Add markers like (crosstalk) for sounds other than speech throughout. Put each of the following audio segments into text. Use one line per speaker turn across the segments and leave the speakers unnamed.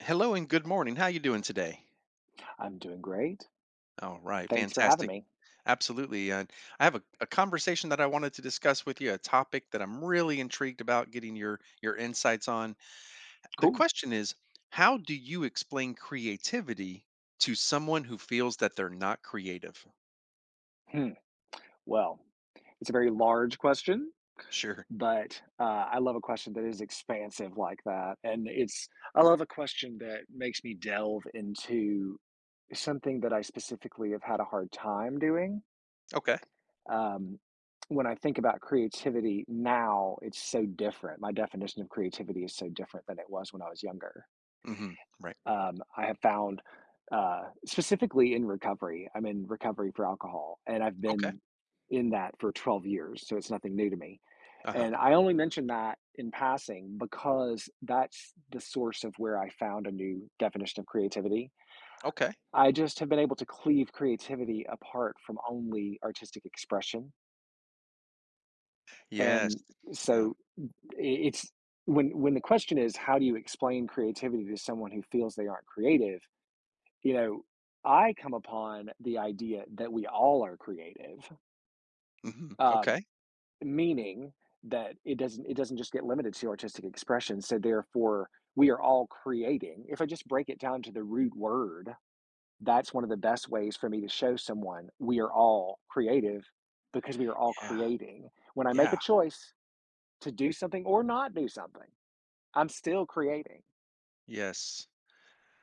Hello and good morning. How you doing today?
I'm doing great.
All right,
Thanks for having
fantastic.
me.
Absolutely. And I have a conversation that I wanted to discuss with you, a topic that I'm really intrigued about getting your insights on. The
Cool.
question is, how do you explain creativity to someone who feels that they're not creative?
Hmm. Well, it's a very large question,
Sure.
but I love a question that is expansive like that. I love a question that makes me delve into something that I specifically have had a hard time doing.
Okay.
Um, when I think about creativity now, it's so different. My definition of creativity is so different than it was when I was younger.
Hmm. Right.
I have found, specifically in recovery. I'm in recovery for alcohol, and I've
Okay.
been in that for 12 years, so it's nothing new to me.
Uh-huh.
And I only mention that in passing because that's the source of where I found a new definition of creativity.
Okay.
I just have been able to cleave creativity apart from only artistic expression.
Yes.
And
Yeah.
so it's when the question is how do you explain creativity to someone who feels they aren't creative, you know, I come upon the idea that we all are creative,
Hmm.
um,
Okay.
meaning that it doesn't just get limited to artistic expression. So therefore, we are all creating. If I just break it down to the root word, that's one of the best ways for me to show someone we are all creative because we are all
Yeah.
creating. When I make a
Yeah.
choice to do something or not do something, I'm still creating.
Yes.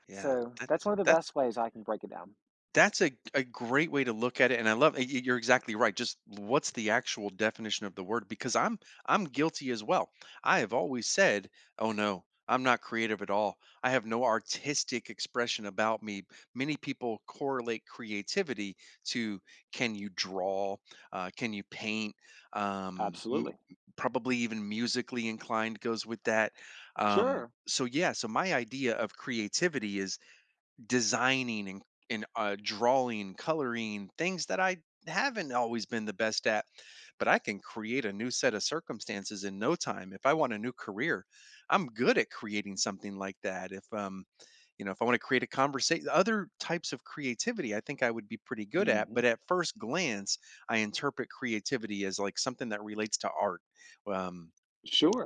Yeah.
So that's one of the best ways I can break it down.
That's a great way to look at it, and I love y y you're exactly right, just what's the actual definition of the word? Because I'm guilty as well. I have always said, "Oh, no, I'm not creative at all. I have no artistic expression about me." Many people correlate creativity to, "Can you draw? Can you paint?"
Absolutely.
M Probably even musically inclined goes with that. Um,
Sure.
so, yeah, so my idea of creativity is designing and drawing, coloring, things that I haven't always been the best at, but I can create a new set of circumstances in no time. If I want a new career, I'm good at creating something like that. If you know, if I want to create a conversation, other types of creativity, I think I would be pretty good at. But
Hmm.
at first glance, I interpret creativity as like something that relates to art. Um,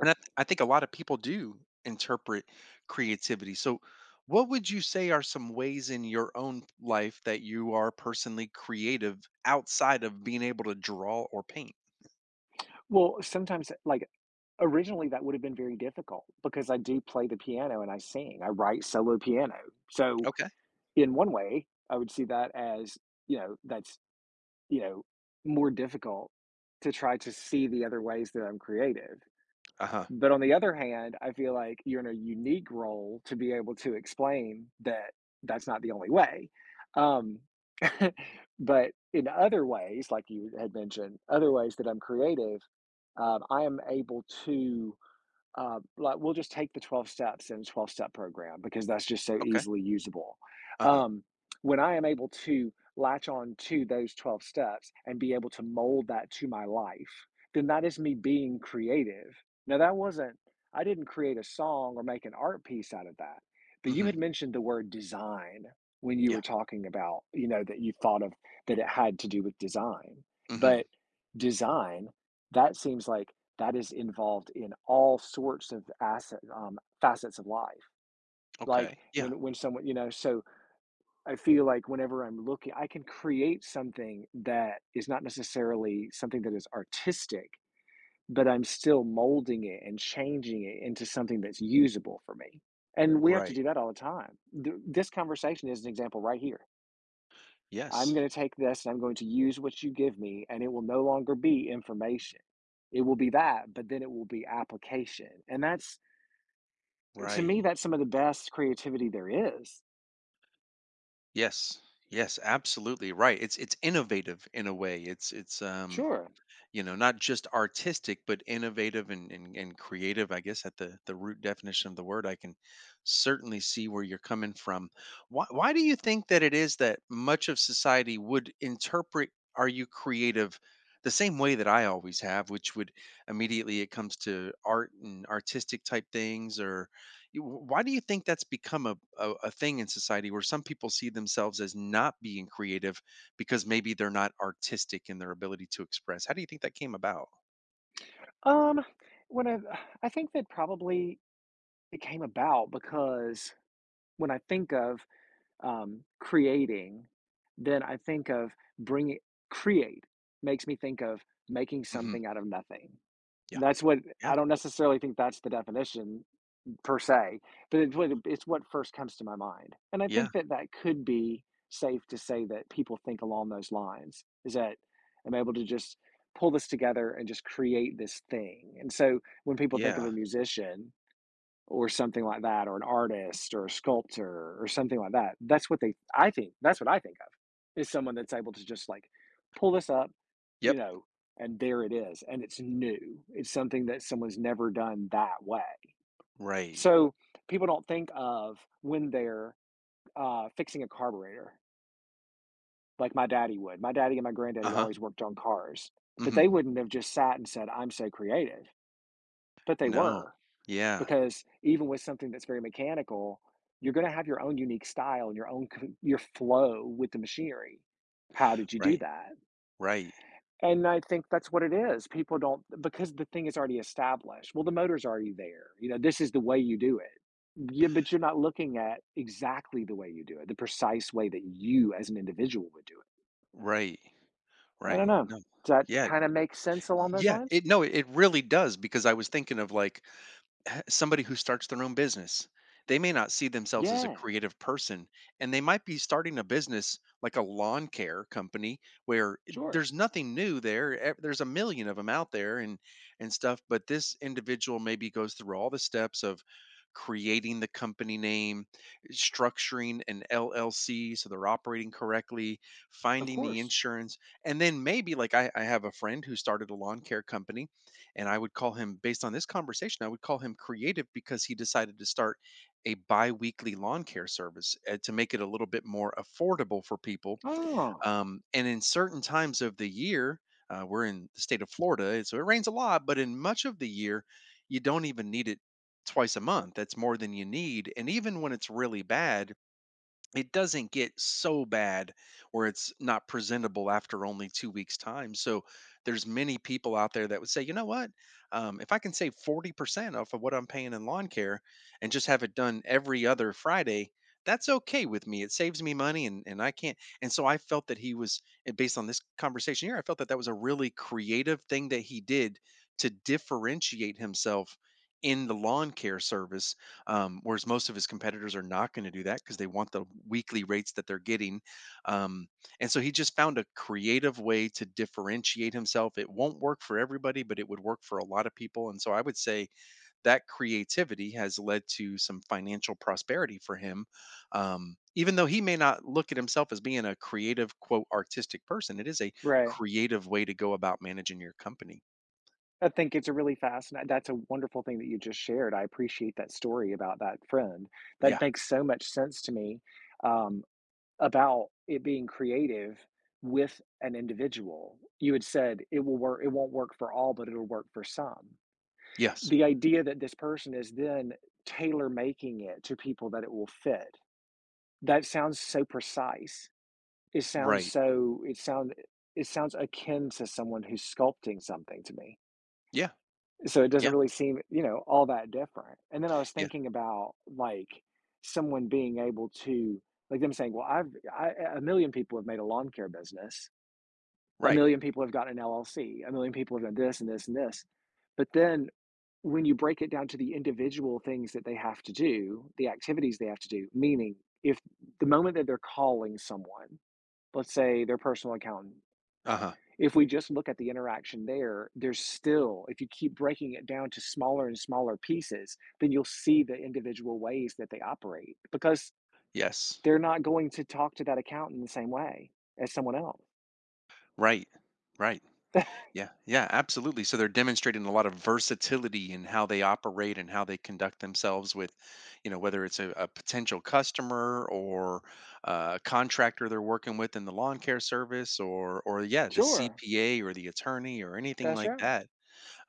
and I, th- I think a lot of people do interpret creativity. So, what would you say are some ways in your own life that you are personally creative outside of being able to draw or paint?
Well, sometimes, like, originally, that would have been very difficult because I do play the piano and I sing. I write solo piano. So,
Okay.
in one way, I would see that as, that's, you know, more difficult to try to see the other ways that I'm creative.
Uh huh.
But on the other hand, I feel like you're in a unique role to be able to explain that that's not the only way. Um, (laughs) but in other ways, like you had mentioned, other ways that I'm creative, I am able to like we'll just take the 12 steps and 12 step program because that's just so
Okay.
easily usable.
Uh huh.
Um, when I am able to latch on to those 12 steps and be able to mold that to my life, then that is me being creative. Now, that wasn't, I didn't create a song or make an art piece out of that, but you
Mm-hmm.
had mentioned the word design when you
Yeah.
were talking about, you know, that you thought of that it had to do with design.
Mm-hmm.
But design, that seems like that is involved in all sorts of asset facets of life. Like
Okay. Yeah.
when someone you know, so I feel like whenever I'm looking, I can create something that is not necessarily something that is artistic, but I'm still molding it and changing it into something that's usable for me. And we have to
Right.
do that all the time. This conversation is an example right here. I'm
Yes.
going to take this and I'm going to use what you give me, and it will no longer be information, it will be that, but then it will be application, and that's to me,
Right.
that's some of the best creativity there is.
Yes. Yes. Absolutely. Right. It's innovative in a way. It's
Sure.
you know, not just artistic but innovative and, and creative, I guess, at the root definition of the word. I can certainly see where you're coming from. Why do you think that it is that much of society would interpret "are you creative" the same way that I always have, which would immediately, it comes to art and artistic type things? Or you- why do you think that's become a thing in society where some people see themselves as not being creative because maybe they're not artistic in their ability to express? How do you think that came about?
Um, when I think that probably it came about because when I think of, creating, then I think of bringing create makes me think of making
Mhm.
something out of nothing.
Yeah.
That's what
Yeah.
I don't necessarily think that's the definition per se, but it's what first comes to my mind. And I
Yeah.
think that that could be safe to say that people think along those lines is that I'm able to just pull this together and just create this thing. And so when people think of a
Yeah.
musician or something like that, or an artist or a sculptor or something like that, that's what they, I think, that's what I think of is someone that's able to just like pull this up, you
Yep.
know, and there it is. And it's new. It's something that someone's never done that way.
Right.
So people don't think of when they're, fixing a carburetor like my daddy would. My daddy and my granddaddy
Uh-huh.
always worked on cars, but
Mhm.
they wouldn't have just sat and said, "I'm so creative," but they
No.
were,
Yeah.
because even with something that's very mechanical, you're gonna have your own unique style and your own c your flow with the machinery. How did you do
Right.
that?
Right.
And I think that's what it is. People don't because the thing is already established. Well, the motor's already there. You know, this is the way you do it. Yeah, but you're not looking at exactly the way you do it, the precise way that you as an individual would do
Right.
it. I don't
Right.
know.
No.
Does that
Yeah.
kind of make sense along those
Yeah.
lines?
It, no, it really does because I was thinking of like somebody who starts their own business. They may not see themselves as a
Yeah,
creative person, and they might be starting a business like a lawn care company where
sure.
there's nothing new there. There's a million of them out there and stuff, but this individual maybe goes through all the steps of creating the company name, structuring an LLC so they're operating correctly,
Of
finding the
course.
insurance, and then maybe, like, I have a friend who started a lawn care company, and I would call him, based on this conversation, I would call him creative because he decided to start a bi-weekly lawn care service, to make it a little bit more affordable for people.
Oh,
And in certain times of the year, we're in the state of Florida, and so it rains a lot, but in much of the year, you don't even need it twice a month. That's more than you need. And even when it's really bad, it doesn't get so bad where it's not presentable after only two weeks time. So there's many people out there that would say, you know what, if I can save 40% off of what I'm paying in lawn care, and just have it done every other Friday, that's okay with me. It saves me money. And I can't and so I felt that he was, and based on this conversation here, I felt that that was a really creative thing that he did to differentiate himself in the lawn care service. Whereas most of his competitors are not going to do that because they want the weekly rates that they're getting. Um, and so he just found a creative way to differentiate himself. It won't work for everybody, but it would work for a lot of people. And so I would say that creativity has led to some financial prosperity for him. Even though he may not look at himself as being a creative, quote, artistic person, it is a
right.
creative way to go about managing your company.
I think it's a really fascinating. That's a wonderful thing that you just shared. I appreciate that story about that friend. That
Yeah.
makes so much sense to me. Um, about it being creative with an individual. You had said it won't work for all, but it'll work for some.
Yes.
The idea that this person is then tailor making it to people that it will fit. That sounds so precise. It sounds
Right.
so it sound it sounds akin to someone who's sculpting something to me.
Yeah.
So it doesn't
Yeah.
really seem, you know, all that different. And then I was
Yeah.
thinking about, like, someone being able to like them saying, "Well, a million people have made a lawn care business. A
Right.
million people have gotten an LLC. A million people have done this and this and this." But then when you break it down to the individual things that they have to do, the activities they have to do, meaning if the moment that they're calling someone, let's say their personal accountant,
Uh huh.
if we just look at the interaction there, there's still, if you keep breaking it down to smaller and smaller pieces, then you'll see the individual ways that they operate because
Yes.
they're not going to talk to that account in the same way as someone else.
Right. Right.
(laughs)
Yeah. Yeah, absolutely. So they're demonstrating a lot of versatility in how they operate and how they conduct themselves with, you know, whether it's a potential customer or a contractor they're working with in the lawn care service, or yeah, the
Sure,
CPA or the attorney or anything
that's
like
right.
that.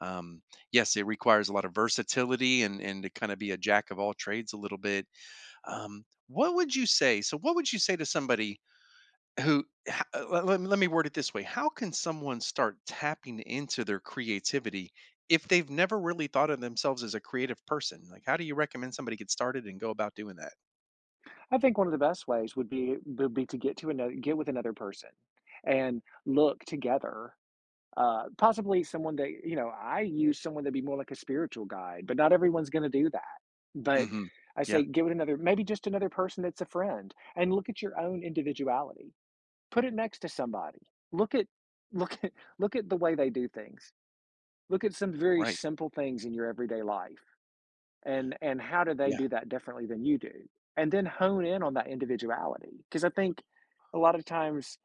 Um, yes, it requires a lot of versatility and to kind of be a jack of all trades a little bit. What would you say? So what would you say to somebody who ho- let, let me word it this way: how can someone start tapping into their creativity if they've never really thought of themselves as a creative person? Like, how do you recommend somebody get started and go about doing that?
I think one of the best ways would be to get with another person and look together. Possibly someone that, you know, I use someone that'd be more like a spiritual guide, but not everyone's going to do that. But
Hmm.
I say,
Yeah.
give it another, maybe just another person that's a friend, and look at your own individuality. Put it next to somebody. Look at, (laughs) look at, look at the way they do things. Look at some very
Right.
simple things in your everyday life and, how do they
Yeah.
do that differently than you do? And then hone in on that individuality. Cause I think a lot of times,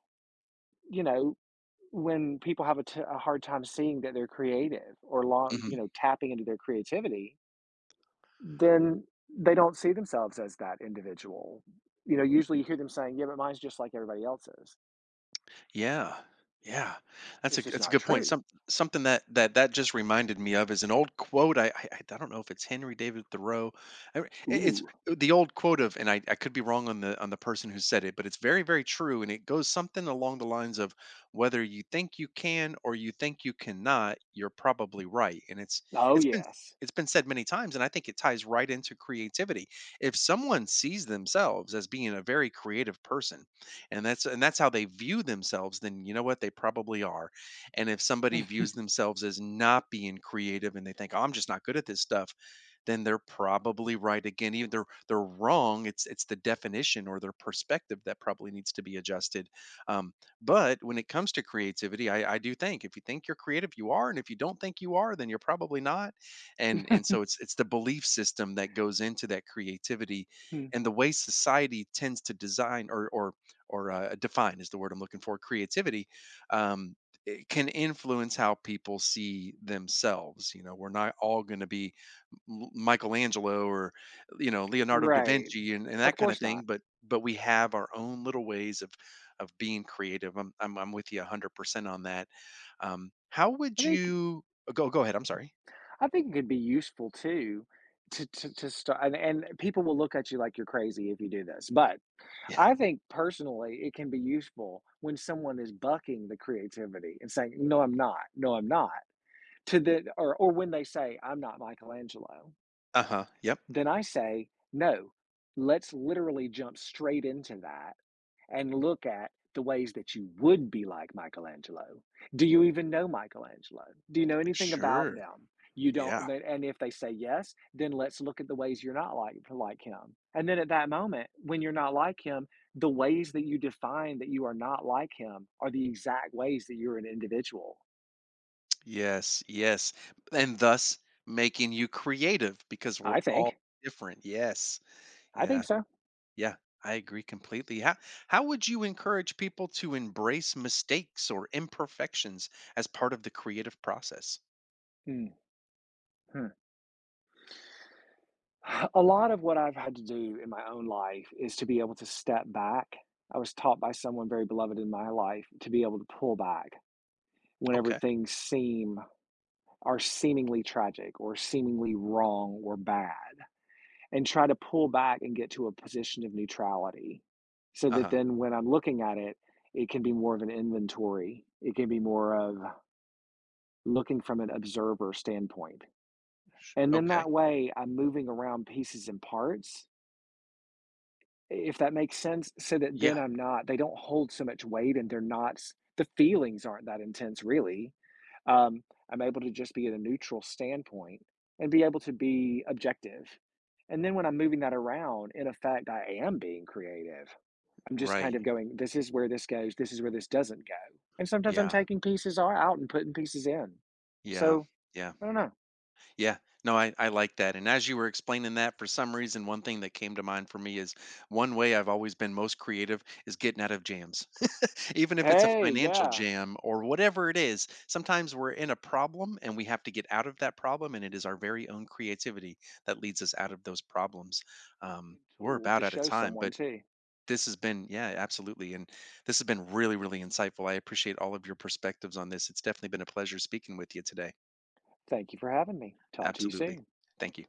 you know, when people have a hard time seeing that they're creative or long,
Mm-hmm.
tapping into their creativity, then they don't see themselves as that individual. You know, usually you hear them saying, "Yeah, but mine's just like everybody else's."
Yeah. Yeah. That's a
It's just
that's a
not
good point.
true.
Something that just reminded me of is an old quote. I don't know if it's Henry David Thoreau. I, it's
Ooh.
the old quote of, and I could be wrong on the person who said it, but it's very true. And it goes something along the lines of, whether you think you can or you think you cannot, you're probably right. And
Oh,
it's been
yes.
it's been said many times, and I think it ties right into creativity. If someone sees themselves as being a very creative person, and that's how they view themselves, then you know what? They probably are. And if somebody
(laughs)
views themselves as not being creative and they think, "Oh, I'm just not good at this stuff," then they're probably right again. Even they're wrong, it's the definition or their perspective that probably needs to be adjusted. Um, but when it comes to creativity, I do think if you think you're creative, you are, and if you don't think you are, then you're probably not. And so it's the belief system that goes into that creativity, and the way society tends to design or define, is the word I'm looking for, creativity, um, it can influence how people see themselves. You know, we're not all going to be Michelangelo or, you know, Leonardo da
Right.
Vinci, and
Of
that kind of
course not.
thing, but we have our own little ways of being creative. I'm with you 100% on that. Um, how
I
would
think
you, go go ahead, I'm sorry.
I think it could be useful too to start, and people will look at you like you're crazy if you do this, but
(laughs) Yeah.
I think personally it can be useful when someone is bucking the creativity and saying, "No, I'm not. No, I'm not." To the or when they say, "I'm not Michelangelo,"
Uh-huh. Yep.
then I say, "No, let's literally jump straight into that and look at the ways that you would be like Michelangelo. Do you even know Michelangelo? Do you know anything about
Sure.
them? You
Yeah.
don't, and if they say yes, then let's look at the ways you're not like him. And then at that moment, when you're not like him, the ways that you define that you are not like him are the exact ways that you're an individual.
Yes, yes, and thus making you creative because we're
I
all
think.
different. Yes.
I think
Yeah.
so.
Yeah. I agree completely. How would you encourage people to embrace mistakes or imperfections as part of the creative process?
Mhm. A lot of what I've had to do in my own life is to be able to step back. I was taught by someone very beloved in my life to be able to pull back whenever
Okay.
things seem are seemingly tragic or seemingly wrong or bad and try to pull back and get to a position of neutrality so that
Uh-huh.
then when I'm looking at it, it can be more of an inventory. It can be more of looking from an observer standpoint. And then
Okay.
that way I'm moving around pieces and parts, if that makes sense, so that
Yeah.
then I'm not they don't hold so much weight, and they're not the feelings aren't that intense really. Um, I'm able to just be at a neutral standpoint and be able to be objective. And then when I'm moving that around, in effect, I am being creative. I'm just kind
Right.
of going, this is where this goes, this is where this doesn't go. And sometimes I'm
Yeah.
taking pieces are out and putting pieces in.
Yeah.
So
Yeah.
I don't know.
Yeah, no, I like that. And as you were explaining that, for some reason, one thing that came to mind for me is one way I've always been most creative is getting out of jams. (laughs) Even if it's a
Hey,
financial
yeah.
jam or whatever it is, sometimes we're in a problem and we have to get out of that problem. And it is our very own creativity that leads us out of those problems. We're
Tool to
about out of
show
time,
someone
but
too.
this has been, yeah, absolutely. And this has been really, really insightful. I appreciate all of your perspectives on this. It's definitely been a pleasure speaking with you today.
Thank you for having me. Talk to you
Absolutely.
soon.
Thank you.